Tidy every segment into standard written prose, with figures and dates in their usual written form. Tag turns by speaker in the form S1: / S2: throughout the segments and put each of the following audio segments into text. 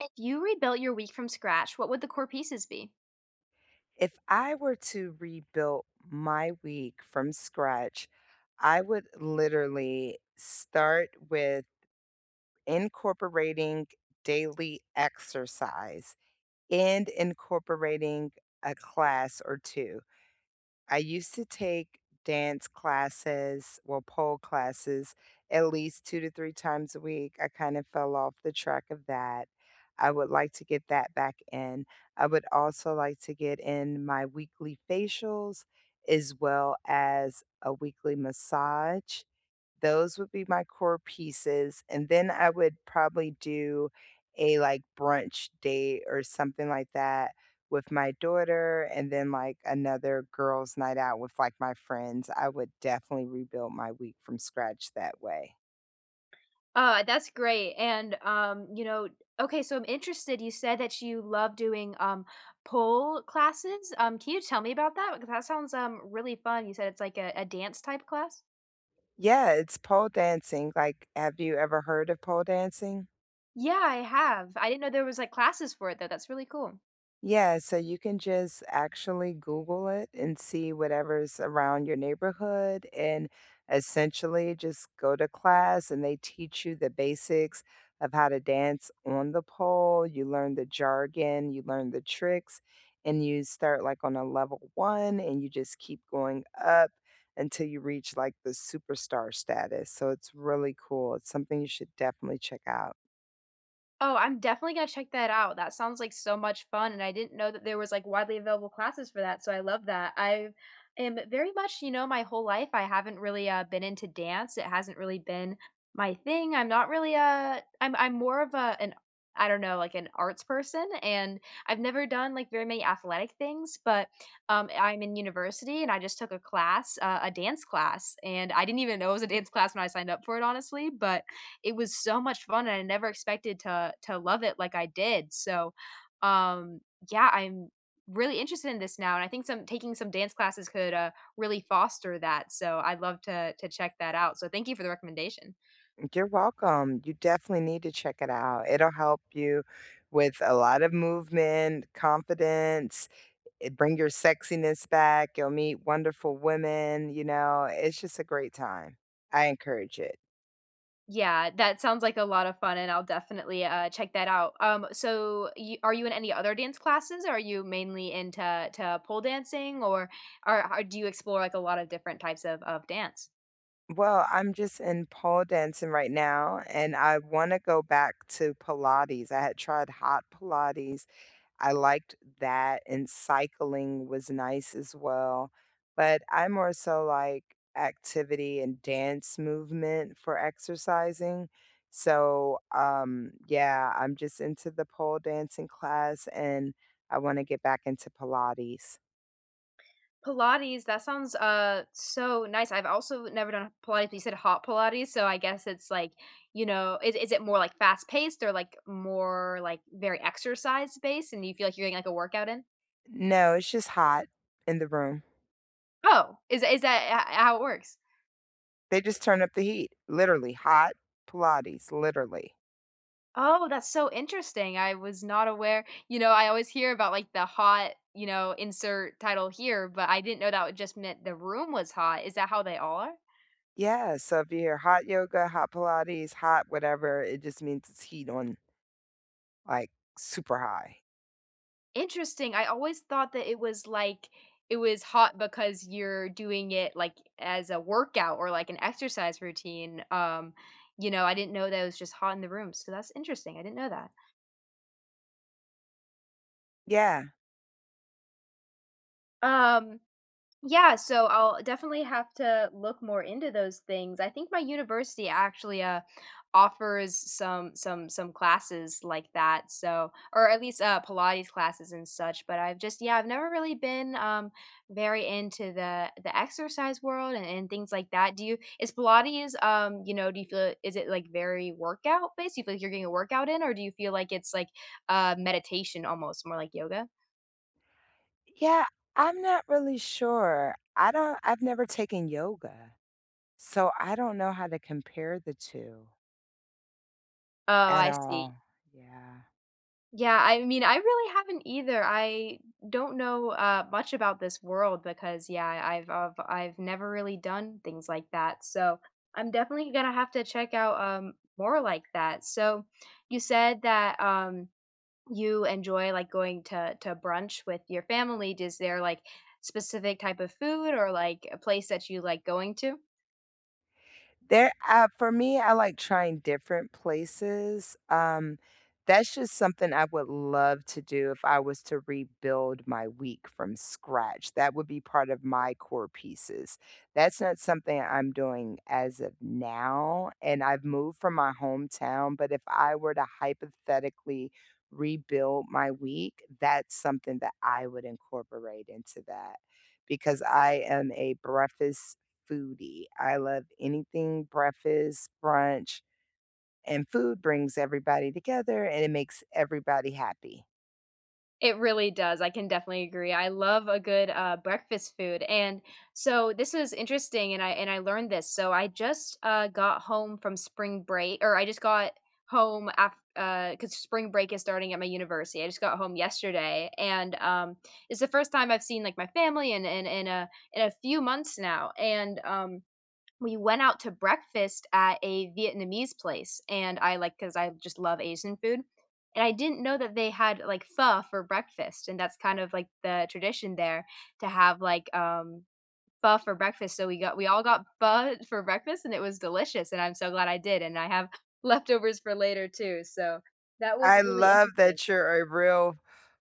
S1: If you rebuilt your week from scratch, what would the core pieces be?
S2: If I were to rebuild my week from scratch, I would literally start with incorporating daily exercise and incorporating a class or two. I used to take dance classes, well, pole classes, at least two to three times a week. I kind of fell off the track of that. I would like to get that back in. I would also like to get in my weekly facials as well as a weekly massage. Those would be my core pieces, and then I would probably do a, like, brunch date or something like that with my daughter, and then, like, another girls' night out with, like, my friends. I would definitely rebuild my week from scratch that way.
S1: That's great. And you know, okay, so I'm interested. You said that you love doing pole classes. Can you tell me about that? Because that sounds really fun. You said it's like a dance type class?
S2: Yeah, it's pole dancing, like, have you ever heard of pole dancing?
S1: Yeah, I have. I didn't know there was like classes for it though. That's really cool.
S2: Yeah, so you can just actually Google it and see whatever's around your neighborhood and essentially just go to class and they teach you the basics of how to dance on the pole. You learn the jargon, you learn the tricks, and you start like on a level one and you just keep going up until you reach like the superstar status. So it's really cool. It's something you should definitely check out.
S1: Oh, I'm definitely gonna check that out. That sounds like so much fun, and I didn't know that there was like widely available classes for that, so I love that. I am very much, you know, my whole life I haven't really been into dance. It hasn't really been my thing. I'm not really a I'm more of a an I don't know, like an arts person, and I've never done like very many athletic things, but I'm in university and I just took a class, a dance class, and I didn't even know it was a dance class when I signed up for it, honestly, but it was so much fun and I never expected to love it like I did. So, um, yeah, I'm really interested in this now, and I think some taking some dance classes could really foster that. So I'd love to check that out. So thank you for the recommendation.
S2: You're welcome. You definitely need to check it out. It'll help you with a lot of movement, confidence, it bring your sexiness back. You'll meet wonderful women, you know, it's just a great time. I encourage it.
S1: Yeah, that sounds like a lot of fun, and I'll definitely check that out. So, are you in any other dance classes? Or are you mainly into to pole dancing, or do you explore like a lot of different types of dance?
S2: Well, I'm just in pole dancing right now and I want to go back to Pilates. I had tried hot Pilates, I liked that, and cycling was nice as well, but I more so like activity and dance movement for exercising. So, yeah, I'm just into the pole dancing class and I want to get back into Pilates.
S1: Pilates, that sounds, so nice. I've also never done Pilates, but you said hot Pilates, so I guess it's like, you know, is it more like fast-paced or like more like very exercise-based and you feel like you're getting like a workout in?
S2: No, it's just hot in the room.
S1: Oh, is that h how it works?
S2: They just turn up the heat, literally hot Pilates, literally.
S1: Oh, that's so interesting. I was not aware. You know, I always hear about like the hot, you know, insert title here, but I didn't know that would just meant the room was hot. Is that how they all are?
S2: Yeah, so if you hear hot yoga, hot Pilates, hot whatever, it just means it's heat on. Like, super high.
S1: Interesting. I always thought that it was like it was hot because you're doing it like as a workout or like an exercise routine. I didn't know that it was just hot in the room. So that's interesting. I didn't know that.
S2: Yeah.
S1: Um, Yeah, so I'll definitely have to look more into those things. I think my university actually offers some classes like that. So or at least Pilates classes and such, but I've just yeah, I've never really been very into the exercise world and, things like that. Do you is Pilates do you feel is it like very workout based? Do you feel like you're getting a workout in or do you feel like it's like meditation almost more like yoga?
S2: Yeah, I'm not really sure. I've never taken yoga, so I don't know how to compare the two
S1: Oh,
S2: at
S1: I see.
S2: all. Yeah.
S1: Yeah, I mean, I really haven't either. I don't know much about this world because, I've never really done things like that. So I'm definitely gonna have to check out more like that. So you said that you enjoy like going to brunch with your family. Is there like specific type of food or like a place that you like going to?
S2: There for me, I like trying different places. That's just something I would love to do if I was to rebuild my week from scratch. That would be part of my core pieces. That's not something I'm doing as of now, and I've moved from my hometown, but if I were to hypothetically rebuild my week, that's something that I would incorporate into that because I am a breakfast foodie. I love anything breakfast, brunch, and food brings everybody together and it makes everybody happy.
S1: It really does, I can definitely agree. I love a good, breakfast food, and so this is interesting, and I learned this. So I just, got home from spring break or I just got home after because spring break is starting at my university. I just got home yesterday, and it's the first time I've seen, like, my family in a few months now, and we went out to breakfast at a Vietnamese place, and I like because I just love Asian food, and I didn't know that they had like pho for breakfast, and that's kind of like the tradition there to have like pho for breakfast. So we all got pho for breakfast, and it was delicious, and I'm so glad I did, and I have leftovers for later too. So that was
S2: I
S1: really
S2: love
S1: interesting.
S2: that you're a real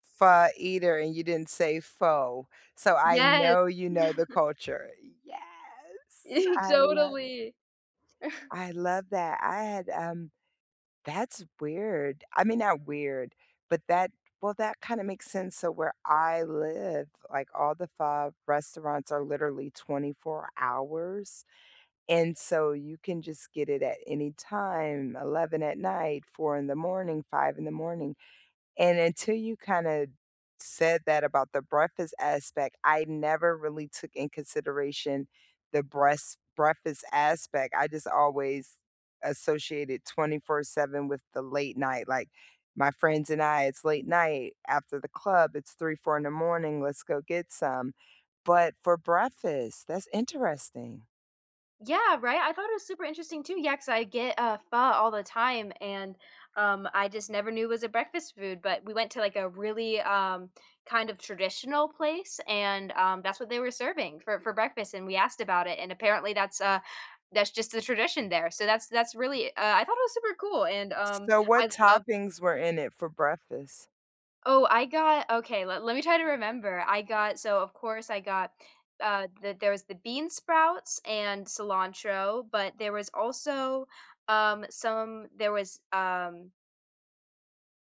S2: pho eater and you didn't say faux. So I
S1: Yes,
S2: know you know the culture. Yes. I love it.
S1: totally.
S2: I love that. I had that's weird. I mean, not weird, but that well, that kinda makes sense, so where I live, like, all the five restaurants are literally 24 hours, and so you can just get it at any time, 11 at night, 4 in the morning, 5 in the morning. And until you kinda said that about the breakfast aspect, I never really took in consideration the breast breakfast aspect. I just always associated 24/7 with the late night, like, my friends and I, it's late night after the club, it's 3, 4 in the morning, let's go get some. But for breakfast, that's interesting.
S1: Yeah, right? I thought it was super interesting too. Yeah, 'cause I get, pho all the time, and, I just never knew it was a breakfast food, but we went to, like, a really, kind of traditional place, and, that's what they were serving for breakfast, and we asked about it, and apparently that's just the tradition there. So that's really, I thought it was super cool, and
S2: So
S1: I
S2: what
S1: love
S2: toppings were in it for breakfast?
S1: Oh, I got let me try to remember. I got so of course I got that there was the bean sprouts and cilantro, but there was also some there was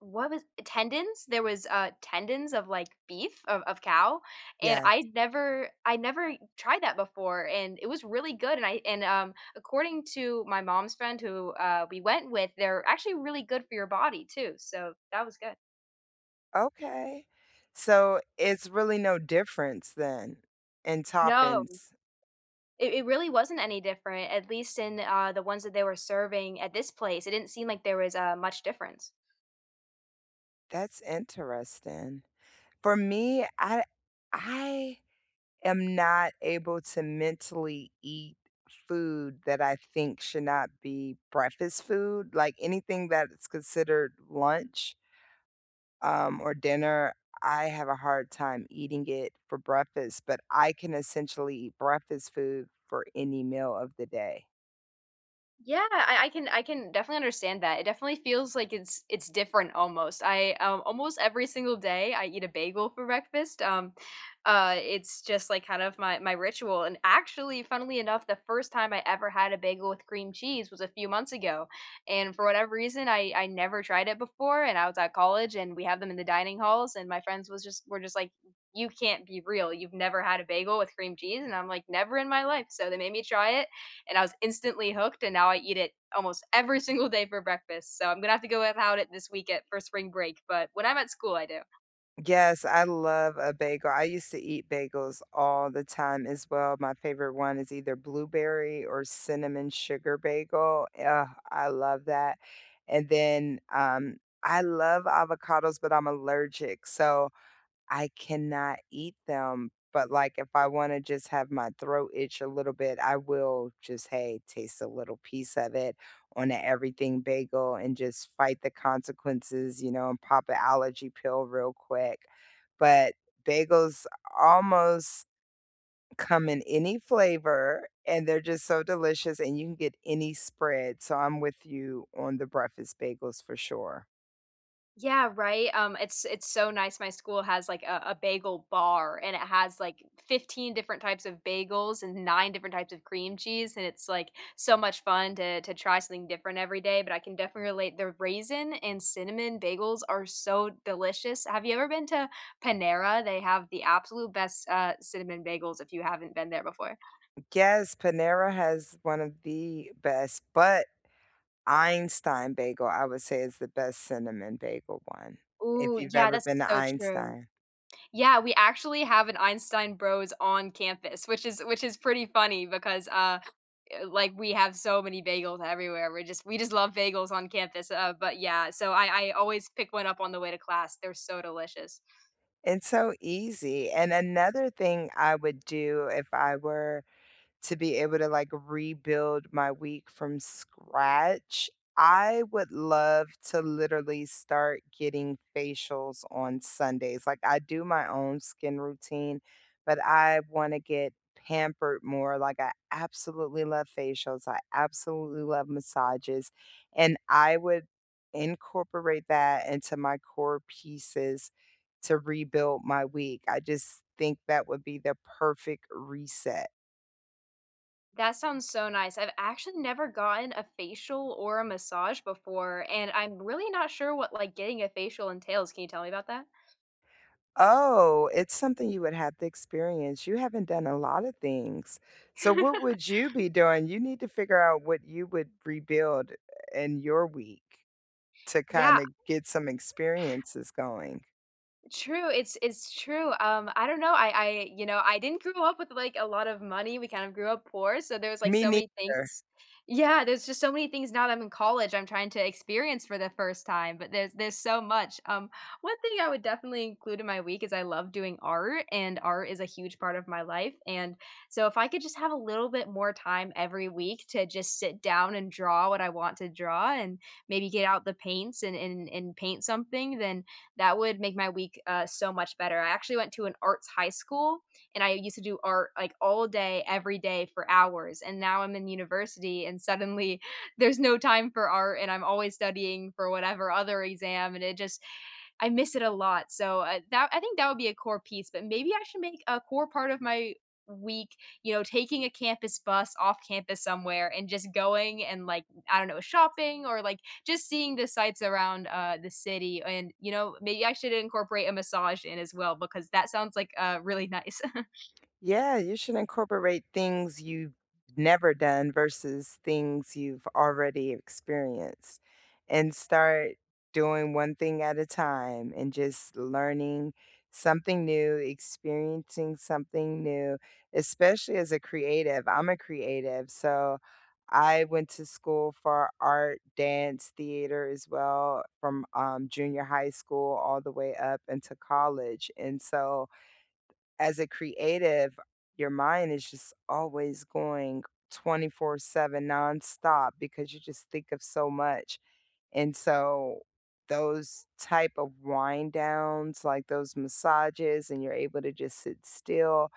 S1: what was tendons? There was tendons of like beef of cow and
S2: Yeah.
S1: I never tried that before and it was really good and according to my mom's friend who we went with, they're actually really good for your body too. So that was good.
S2: Okay. So, it's really no difference then in
S1: No,
S2: toppings.
S1: it really wasn't any different, at least in, the ones that they were serving at this place, it didn't seem like there was, much difference.
S2: That's interesting. For me, I am not able to mentally eat food that I think should not be breakfast food, like, anything that's considered lunch, or dinner, I have a hard time eating it for breakfast, but I can essentially eat breakfast food for any meal of the day.
S1: Yeah, I can definitely understand that. It definitely feels like it's different almost. I Almost every single day I eat a bagel for breakfast. It's just like kind of my ritual. And actually, funnily enough, the first time I ever had a bagel with cream cheese was a few months ago. And for whatever reason, I never tried it before and I was at college and we have them in the dining halls and my friends was just were just like you can't be real. You've never had a bagel with cream cheese and I'm like never in my life. So they made me try it and I was instantly hooked, and now I eat it almost every single day for breakfast. So I'm gonna have to go without it this week at for spring break. But when I'm at school, I do.
S2: Yes, I love a bagel. I used to eat bagels all the time as well. My favorite one is either blueberry or cinnamon sugar bagel. Ugh, I love that. And then I love avocados, but I'm allergic. So I cannot eat them, but, like, if I wanna just have my throat itch a little bit, I will just, hey, taste a little piece of it on an everything bagel and just fight the consequences, you know, and pop an allergy pill real quick. But bagels almost come in any flavor, and they're just so delicious, and you can get any spread, so I'm with you on the breakfast bagels for sure.
S1: Yeah, right. It's so nice. My school has like a bagel bar, and it has like 15 different types of bagels and nine different types of cream cheese, and it's like so much fun to try something different every day. But I can definitely relate. The raisin and cinnamon bagels are so delicious. Have you ever been to Panera? They have the absolute best cinnamon bagels. If you haven't been there before.
S2: Yes, Panera has one of the best, but Einstein bagel, I would say is the best cinnamon bagel one, if
S1: Ooh,
S2: you've
S1: yeah,
S2: ever
S1: that's
S2: been to
S1: so true.
S2: Einstein.
S1: Yeah, we actually have an Einstein Bros on campus, which is pretty funny because, like, we have so many bagels everywhere. We just love bagels on campus, but yeah, so I always pick one up on the way to class. They're so delicious.
S2: It's so easy, and another thing I would do if I were to be able to like rebuild my week from scratch, I would love to literally start getting facials on Sundays. Like I do my own skin routine, but I want to get pampered more. Like I absolutely love facials. I absolutely love massages. And I would incorporate that into my core pieces to rebuild my week. I just think that would be the perfect reset.
S1: That sounds so nice. I've actually never gotten a facial or a massage before, and I'm really not sure what, like, getting a facial entails. Can you tell me about that?
S2: Oh, it's something you would have to experience. You haven't done a lot of things. So what would you be doing? You need to figure out what you would rebuild in your week to
S1: Yeah.
S2: kinda get some experiences going.
S1: True, it's true, I don't know, I you know, I didn't grow up with, like, a lot of money, we kind of grew up poor, so there was, like,
S2: Me
S1: so many
S2: neither.
S1: things Yeah, there's just so many things now that I'm in college I'm trying to experience for the first time, but there's so much, one thing I would definitely include in my week is I love doing art, and art is a huge part of my life, and so if I could just have a little bit more time every week to just sit down and draw what I want to draw and maybe get out the paints and paint something, then that would make my week so much better. I actually went to an arts high school and I used to do art like all day, every day for hours. And now I'm in university and suddenly there's no time for art and I'm always studying for whatever other exam. And it just, I miss it a lot. So, that I think that would be a core piece, but maybe I should make a core part of my week, you know, taking a campus bus off campus somewhere and just going and, like, I don't know, shopping or, like, just seeing the sights around, the city and, you know, maybe I should incorporate a massage in as well because that sounds like, really nice.
S2: Yeah, you should incorporate things you've never done versus things you've already experienced and start doing one thing at a time and just learning something new, experiencing something new, especially as a creative. I'm a creative, so I went to school for art, dance, theater as well from junior high school all the way up into college. And so as a creative, your mind is just always going 24/7 nonstop because you just think of so much. And so those type of wind downs, like those massages, and you're able to just sit still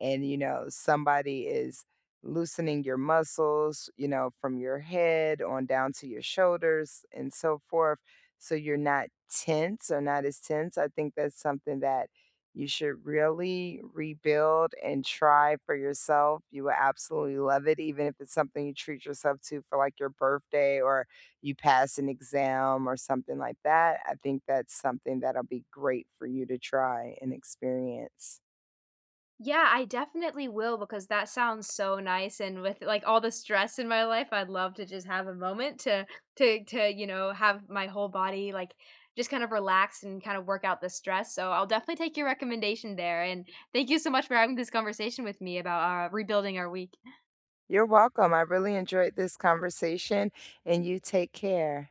S2: and, you know, somebody is loosening your muscles, you know, from your head on down to your shoulders and so forth. So you're not tense or not as tense. I think that's something that you should really rebuild and try for yourself. You will absolutely love it, even if it's something you treat yourself to for like your birthday or you pass an exam or something like that. I think that's something that'll be great for you to try and experience.
S1: Yeah, I definitely will because that sounds so nice and with like all the stress in my life, I'd love to just have a moment to you know, have my whole body like just kind of relax and kind of work out the stress. So I'll definitely take your recommendation there. And thank you so much for having this conversation with me about rebuilding our week.
S2: You're welcome. I really enjoyed this conversation, and you take care.